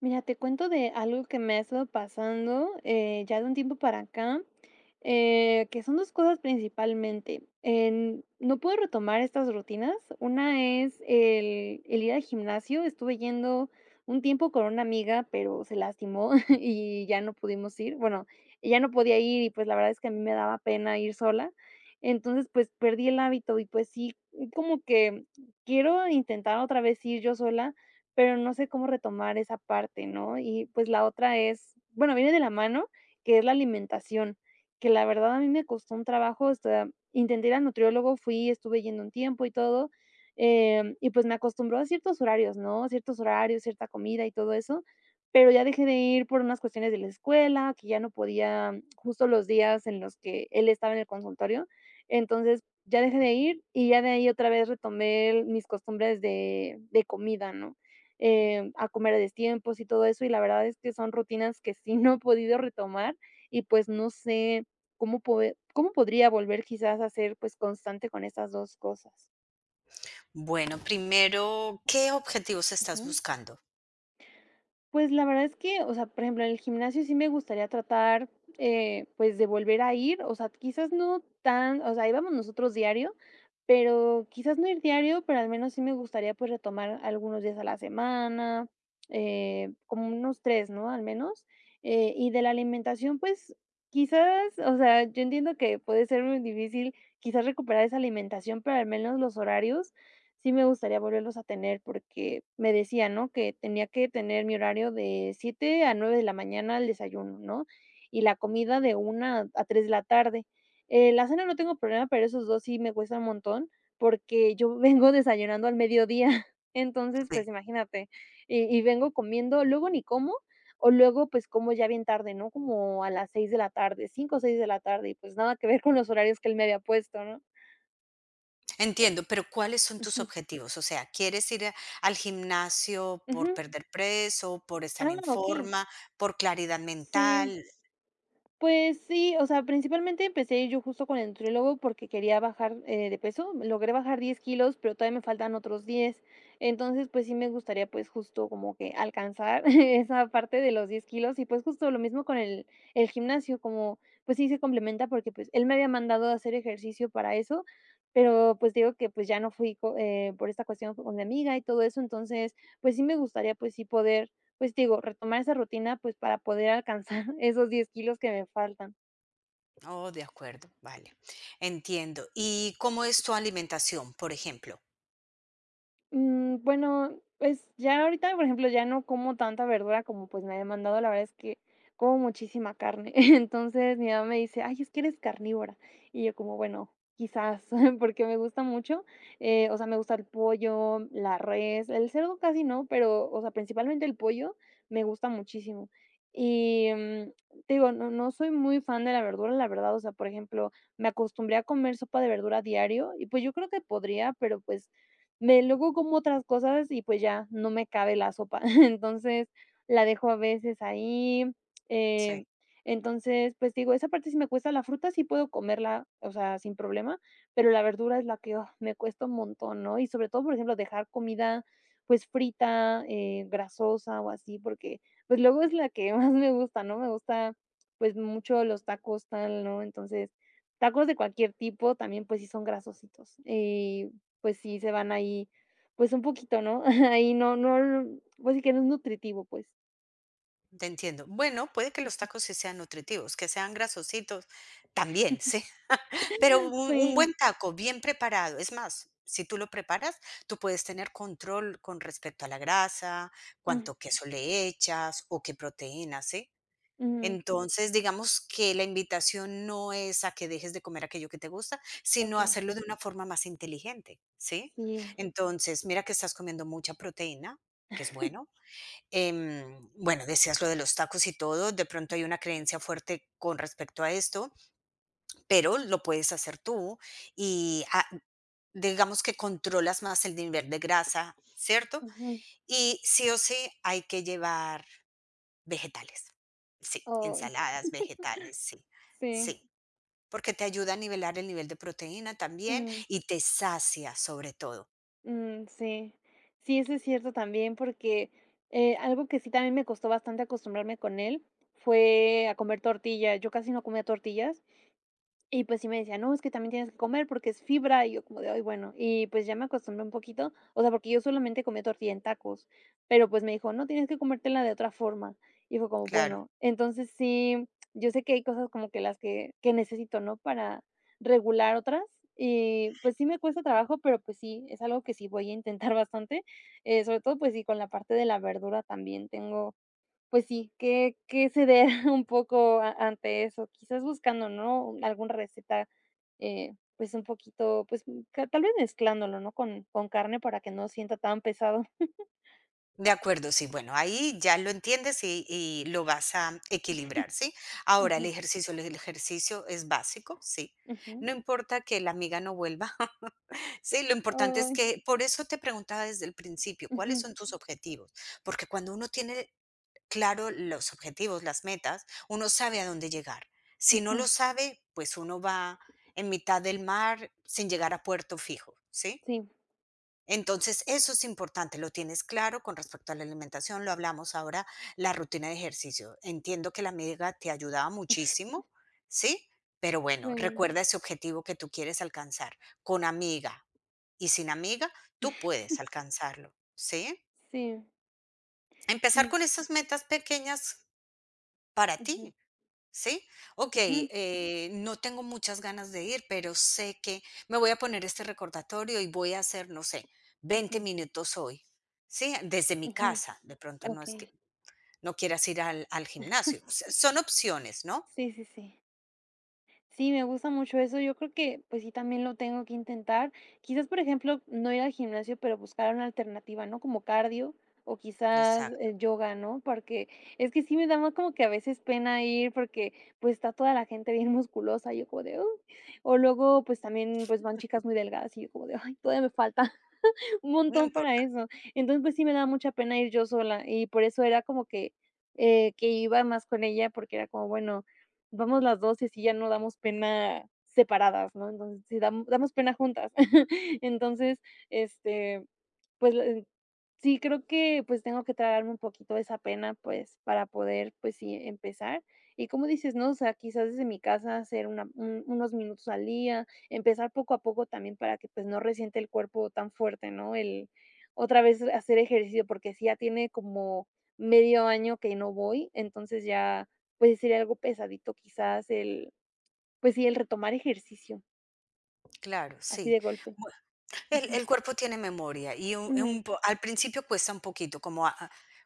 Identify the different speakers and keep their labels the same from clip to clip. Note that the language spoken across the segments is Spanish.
Speaker 1: Mira, te cuento de algo que me ha estado pasando, ya de un tiempo para acá, que son 2 cosas principalmente. En no puedo retomar estas rutinas. Una es el ir al gimnasio. Estuve yendo un tiempo con una amiga, pero se lastimó y ya no pudimos ir. Bueno, ella no podía ir y, pues, la verdad es que a mí me daba pena ir sola. Entonces, pues, perdí el hábito y, pues sí, como que quiero intentar otra vez ir yo sola, pero no sé cómo retomar esa parte, ¿no? Y pues la otra es, bueno, viene de la mano, que es la alimentación, que la verdad a mí me costó un trabajo, o sea, intenté ir al nutriólogo, fui, estuve yendo un tiempo y todo, y pues me acostumbró a ciertos horarios, ¿no? Ciertos horarios, cierta comida y todo eso, pero ya dejé de ir por unas cuestiones de la escuela, que ya no podía justo los días en los que él estaba en el consultorio, entonces ya dejé de ir y ya de ahí otra vez retomé mis costumbres de comida, ¿no? A comer a destiempos y todo eso, y la verdad es que son rutinas que sí no he podido retomar y pues no sé cómo podría volver quizás a ser, pues, constante con estas 2 cosas.
Speaker 2: Bueno, primero, ¿qué objetivos estás
Speaker 1: Ujú.
Speaker 2: buscando?
Speaker 1: Pues, la verdad es que, o sea, por ejemplo, en el gimnasio sí me gustaría tratar, pues, de volver a ir, o sea, quizás no tan o sea, íbamos nosotros diario, pero quizás no ir diario, pero al menos sí me gustaría, pues, retomar algunos días a la semana, como unos 3, ¿no?, al menos. Y de la alimentación, pues, quizás, o sea, yo entiendo que puede ser muy difícil, quizás recuperar esa alimentación, pero al menos los horarios, sí me gustaría volverlos a tener porque me decía, ¿no?, que tenía que tener mi horario de 7 a 9 de la mañana el desayuno, ¿no? Y la comida de 1 a 3 de la tarde. La cena no tengo problema, pero esos 2 sí me cuesta un montón, porque yo vengo desayunando al mediodía. Entonces,
Speaker 2: Sí,
Speaker 1: pues, imagínate, y vengo comiendo, luego ni como, o luego, pues, como ya bien tarde, ¿no? Como a las 6 de la tarde, 5 o 6 de la tarde, y, pues, nada que ver con los horarios que él me había puesto, ¿no?
Speaker 2: entiendo, pero ¿cuáles son tus
Speaker 1: Ujú,
Speaker 2: objetivos? O sea, ¿quieres ir a- al gimnasio por
Speaker 1: ujú.
Speaker 2: perder peso, por
Speaker 1: Ah,
Speaker 2: estar en
Speaker 1: okey.
Speaker 2: forma, por claridad
Speaker 1: Sí,
Speaker 2: mental?
Speaker 1: pues sí, o sea, principalmente empecé yo justo con el nutriólogo porque quería bajar de peso, logré bajar 10 kilos, pero todavía me faltan otros 10, entonces pues sí me gustaría pues justo como que alcanzar esa parte de los 10 kilos y pues justo lo mismo con el gimnasio, como pues sí se complementa porque pues él me había mandado a hacer ejercicio para eso, pero pues digo que pues ya no fui por esta cuestión con mi amiga y todo eso, entonces pues sí me gustaría pues sí poder pues, digo, retomar esa rutina, pues, para poder alcanzar esos 10 kilos que me faltan.
Speaker 2: Oh, de acuerdo, vale. Entiendo. ¿Y cómo es tu alimentación, por ejemplo?
Speaker 1: Mm, bueno, pues ya ahorita, por ejemplo, ya no como tanta verdura como pues me ha demandado, la verdad es que como muchísima carne. Entonces mi mamá me dice, ay, es que eres carnívora. Y yo como, bueno, quizás, porque me gusta mucho, o sea, me gusta el pollo, la res, el cerdo casi no, pero, o sea, principalmente el pollo me gusta muchísimo. Y te digo, no, no soy muy fan de la verdura, la verdad, o sea, por ejemplo, me acostumbré a comer sopa de verdura diario y pues yo creo que podría, pero pues me luego como otras cosas y, pues, ya no me cabe la sopa. Entonces, la dejo a veces ahí,
Speaker 2: Sí,
Speaker 1: eh, entonces, pues, digo, esa parte sí me cuesta, la fruta sí puedo comerla, o sea, sin problema, pero la verdura es la que, oh, me cuesta un montón, ¿no? Y sobre todo, por ejemplo, dejar comida, pues, frita, grasosa o así, porque, pues, luego es la que más me gusta, ¿no? Me gusta, pues, mucho los tacos tal, ¿no? Entonces, tacos de cualquier tipo también, pues, sí son grasositos, pues sí, se van ahí, pues un poquito, ¿no? Ahí no no, pues sí que no es nutritivo, pues.
Speaker 2: te entiendo. Bueno, puede que los tacos sí sean nutritivos, que sean grasositos también, sí. Pero un
Speaker 1: Sí,
Speaker 2: buen taco bien preparado, es más, si tú lo preparas, tú puedes tener control con respecto a la grasa,
Speaker 1: mm,
Speaker 2: cuánto queso le echas o qué proteínas, ¿sí?
Speaker 1: ujú,
Speaker 2: Entonces, digamos que la invitación no es a que dejes de comer aquello que te gusta, sino
Speaker 1: okey,
Speaker 2: hacerlo de una forma más inteligente, ¿sí?
Speaker 1: sí,
Speaker 2: Entonces, mira que estás comiendo mucha proteína, que es bueno. Bueno, decías lo de los tacos y todo, de pronto hay una creencia fuerte con respecto a esto. Pero lo puedes hacer tú y, digamos que controlas más el nivel de grasa, ¿cierto?
Speaker 1: ujú,
Speaker 2: Y sí o sí hay que llevar vegetales. Sí,
Speaker 1: ay,
Speaker 2: ensaladas, vegetales, sí,
Speaker 1: sí,
Speaker 2: sí, porque te ayuda a nivelar el nivel de proteína también
Speaker 1: mm,
Speaker 2: y te sacia sobre todo.
Speaker 1: mm, sí. Sí, eso es cierto también, porque, algo que sí también me costó bastante acostumbrarme con él fue a comer tortilla. Yo casi no comía tortillas. Y pues sí me decía: "No, es que también tienes que comer porque es fibra", y yo como de: "Ay, bueno". Y pues ya me acostumbré un poquito, o sea, porque yo solamente comía tortilla en tacos, pero pues me dijo: "No, tienes que comértela de otra forma". Y fue como:
Speaker 2: Claro.
Speaker 1: "Bueno". Entonces sí, yo sé que hay cosas como que las que necesito, ¿no?, para regular otras, y pues sí me cuesta trabajo, pero pues sí, es algo que sí voy a intentar bastante, sobre todo, pues sí, con la parte de la verdura también tengo pues sí, que ceder un poco a ante eso, quizás buscando, ¿no?, alguna receta, pues, un poquito, pues, mm, ca tal vez mezclándolo, ¿no?, con carne para que no sienta tan pesado.
Speaker 2: De acuerdo, sí, bueno, ahí ya lo entiendes y lo vas a equilibrar, ¿sí? Ahora
Speaker 1: Ujú,
Speaker 2: el ejercicio es básico, sí.
Speaker 1: ujú.
Speaker 2: No importa que la amiga no vuelva. Sí, lo importante es
Speaker 1: Ay,
Speaker 2: que por eso te preguntaba desde el principio, ¿cuáles
Speaker 1: ujú,
Speaker 2: son tus objetivos? Porque cuando uno tiene claro los objetivos, las metas, uno sabe a dónde llegar. Si no
Speaker 1: ujú.
Speaker 2: lo sabe, pues uno va en mitad del mar sin llegar a puerto fijo, ¿sí?
Speaker 1: Sí,
Speaker 2: Entonces, eso es importante, lo tienes claro con respecto a la alimentación, lo hablamos ahora, la rutina de ejercicio. Entiendo que la amiga te ayudaba muchísimo, ¿sí? Pero bueno,
Speaker 1: sí.
Speaker 2: recuerda ese objetivo que tú quieres alcanzar con amiga, y sin amiga, tú puedes alcanzarlo, ¿sí?
Speaker 1: Sí,
Speaker 2: Empezar
Speaker 1: sí.
Speaker 2: con esas metas pequeñas para
Speaker 1: Ujú,
Speaker 2: ti, ¿sí? Ok,
Speaker 1: ujú,
Speaker 2: no tengo muchas ganas de ir, pero sé que me voy a poner este recordatorio y voy a hacer, no sé, veinte
Speaker 1: ujú,
Speaker 2: minutos hoy, ¿sí? Desde mi
Speaker 1: ujú.
Speaker 2: casa, de pronto no es
Speaker 1: Okey.
Speaker 2: que no quieras ir al gimnasio. Son opciones, ¿no?
Speaker 1: Sí, sí, sí. Sí, me gusta mucho eso. Yo creo que, pues sí, también lo tengo que intentar. Quizás, por ejemplo, no ir al gimnasio, pero buscar una alternativa, ¿no? Como cardio o quizás
Speaker 2: Exacto.
Speaker 1: yoga, ¿no? Porque es que sí me da más como que a veces pena ir porque pues está toda la gente bien musculosa, y yo como de, "Uy". O luego pues también pues van chicas muy delgadas y yo como de, ay, todavía me falta. Un
Speaker 2: No
Speaker 1: montón para
Speaker 2: importa.
Speaker 1: eso. Entonces, pues sí me daba mucha pena ir yo sola y por eso era como que iba más con ella, porque era como, bueno, vamos las 2 y así ya no damos pena separadas, ¿no? Entonces, sí damos pena juntas. Entonces, este, pues, sí creo que, pues, tengo que tragarme un poquito esa pena, pues, para poder, pues sí, empezar. Y como dices, ¿no? O sea, quizás desde mi casa hacer una un unos minutos al día, empezar poco a poco también para que, pues, no resiente el cuerpo tan fuerte, ¿no? El otra vez hacer ejercicio, porque si ya tiene como medio año que no voy, entonces ya, pues, sería algo pesadito quizás el, pues sí, el retomar ejercicio,
Speaker 2: Claro,
Speaker 1: así
Speaker 2: sí.
Speaker 1: de golpe.
Speaker 2: El
Speaker 1: Ujú,
Speaker 2: el cuerpo tiene memoria y
Speaker 1: ujú,
Speaker 2: un po al principio cuesta un poquito como a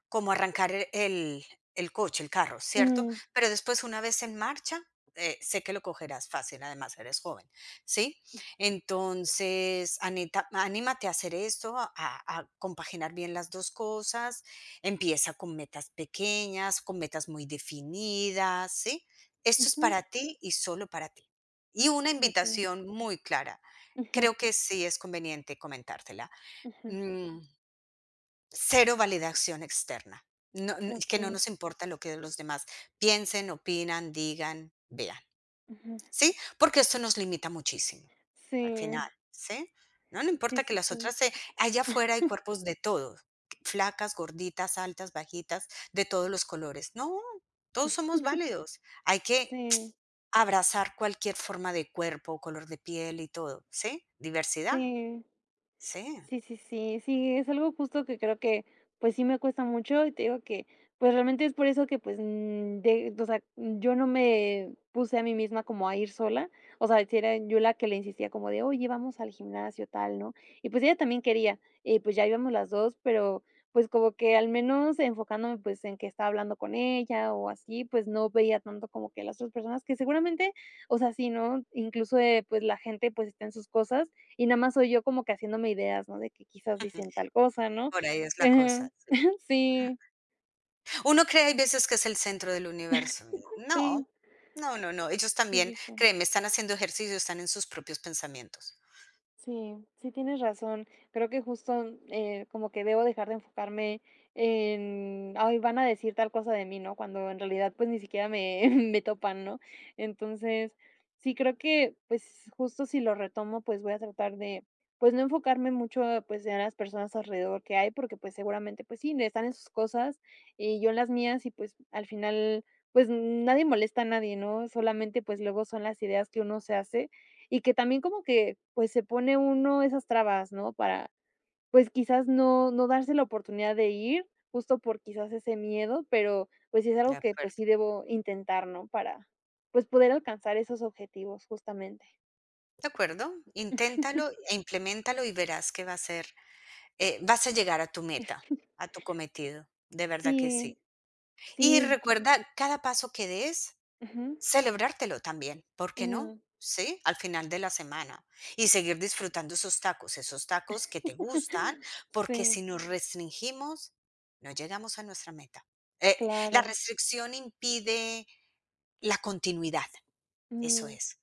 Speaker 2: como arrancar el coche, el carro, ¿cierto?
Speaker 1: mm,
Speaker 2: Pero después, una vez en marcha, sé que lo cogerás fácil, además eres joven, ¿sí? Entonces, anita anímate a hacer esto, a compaginar bien las 2 cosas, empieza con metas pequeñas, con metas muy definidas, ¿sí? Esto es
Speaker 1: ujú,
Speaker 2: para ti y solo para ti. Y una
Speaker 1: okey,
Speaker 2: invitación muy clara.
Speaker 1: ujú,
Speaker 2: Creo que sí es conveniente comentártela.
Speaker 1: ujú,
Speaker 2: Mm, cero validación externa. No, n que no
Speaker 1: okey,
Speaker 2: nos importa lo que los demás piensen, opinan, digan, vean,
Speaker 1: ujú.
Speaker 2: ¿sí? Porque esto nos limita muchísimo al
Speaker 1: Sí,
Speaker 2: final, ¿sí? No, no
Speaker 1: sí,
Speaker 2: importa que
Speaker 1: sí,
Speaker 2: las
Speaker 1: sí,
Speaker 2: otras se allá afuera hay cuerpos de todo, flacas, gorditas, altas, bajitas, de todos los colores. No, todos somos válidos. Hay que
Speaker 1: sí,
Speaker 2: abrazar cualquier forma de cuerpo, color de piel y todo, ¿sí? Diversidad,
Speaker 1: sí.
Speaker 2: sí.
Speaker 1: Sí, sí, sí, sí, es algo justo que creo que, pues, sí me cuesta mucho, y te digo que, pues, realmente es por eso que, pues, de o sea, yo no me puse a mí misma como a ir sola, o sea, si era yo la que le insistía como de: "Oye, vamos al gimnasio, tal", ¿no? Y, pues, ella también quería, y, pues, ya íbamos las 2, pero, pues, como que al menos enfocándome, pues, en que estaba hablando con ella o así, pues, no veía tanto como que las otras personas que seguramente, o sea, sí, ¿no? Incluso, pues, la gente, pues, está en sus cosas, y nada más soy yo como que haciéndome ideas, ¿no? De que quizás dicen tal cosa, ¿no?
Speaker 2: Por ahí es la
Speaker 1: Ajá.
Speaker 2: cosa, sí.
Speaker 1: Sí,
Speaker 2: Uno cree hay veces que es el centro del universo. Y
Speaker 1: sí,
Speaker 2: no, no, no, no. Ellos
Speaker 1: sí, sí,
Speaker 2: también,
Speaker 1: sí.
Speaker 2: créeme, están haciendo ejercicio, están en sus propios pensamientos.
Speaker 1: Sí, sí tienes razón. Creo que justo, como que debo dejar de enfocarme en, ay, van a decir tal cosa de mí, ¿no? Cuando en realidad pues ni siquiera me, me topan, ¿no? Entonces, sí creo que pues justo si lo retomo pues voy a tratar de pues no enfocarme mucho pues en las personas alrededor que hay porque pues seguramente pues sí, están en sus cosas y yo en las mías y pues al final pues nadie molesta a nadie, ¿no? Solamente pues luego son las ideas que uno se hace y que también como que, pues, se pone uno esas trabas, ¿no? Para, pues, quizás no darse la oportunidad de ir, justo por quizás ese miedo, pero, pues, sí es algo
Speaker 2: De
Speaker 1: que, pues,
Speaker 2: acuerdo.
Speaker 1: sí debo intentar, ¿no? Para, pues, poder alcanzar esos objetivos, justamente.
Speaker 2: De acuerdo, inténtalo e implementalo y verás que va a ser, vas a llegar a tu meta, a tu cometido, de verdad que
Speaker 1: Sí,
Speaker 2: sí. Y
Speaker 1: sí.
Speaker 2: recuerda cada paso que des
Speaker 1: Ujú,
Speaker 2: celebrártelo también, ¿por qué no?
Speaker 1: ujú.
Speaker 2: ¿Sí? Al final de la semana y seguir disfrutando esos tacos que te gustan, porque
Speaker 1: Sí,
Speaker 2: si nos restringimos, no llegamos a nuestra meta. Eh, la
Speaker 1: claro.
Speaker 2: restricción impide la continuidad, eso
Speaker 1: Mm,
Speaker 2: es.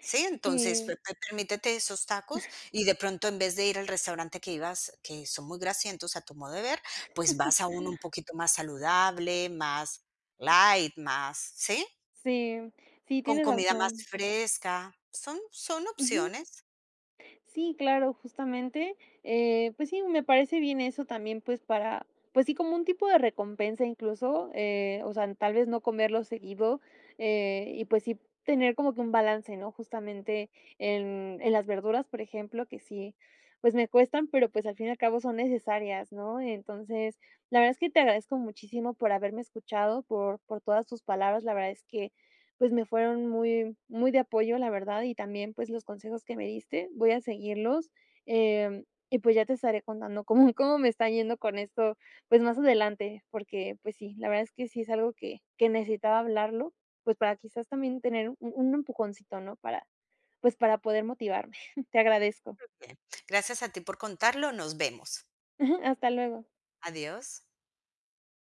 Speaker 2: Sí, entonces
Speaker 1: sí,
Speaker 2: permítete esos tacos y de pronto en vez de ir al restaurante que ibas, que son muy grasientos a tu modo de ver, pues vas a uno un poquito más saludable, más light, más, ¿sí?
Speaker 1: sí, sí,
Speaker 2: Con
Speaker 1: tienes
Speaker 2: comida más
Speaker 1: razón.
Speaker 2: fresca. Son
Speaker 1: Ujú.
Speaker 2: opciones.
Speaker 1: Sí, claro, justamente, pues sí, me parece bien eso también, pues para, pues sí, como un tipo de recompensa incluso, o sea, tal vez no comerlo seguido y pues sí tener como que un balance, ¿no? Justamente en las verduras, por ejemplo, que sí, pues me cuestan, pero pues al fin y al cabo son necesarias, ¿no? Entonces, la verdad es que te agradezco muchísimo por haberme escuchado, por todas tus palabras, la verdad es que pues me fueron muy muy de apoyo, la verdad, y también, pues, los consejos que me diste, voy a seguirlos, em, y pues ya te estaré contando cómo me está yendo con esto, pues, más adelante, porque, pues sí, la verdad es que sí es algo que necesitaba hablarlo, pues, para quizás también tener un empujoncito, ¿no? Para, pues, para poder motivarme. Te agradezco.
Speaker 2: Bien. Gracias a ti por contarlo. Nos vemos.
Speaker 1: Hasta luego.
Speaker 2: Adiós.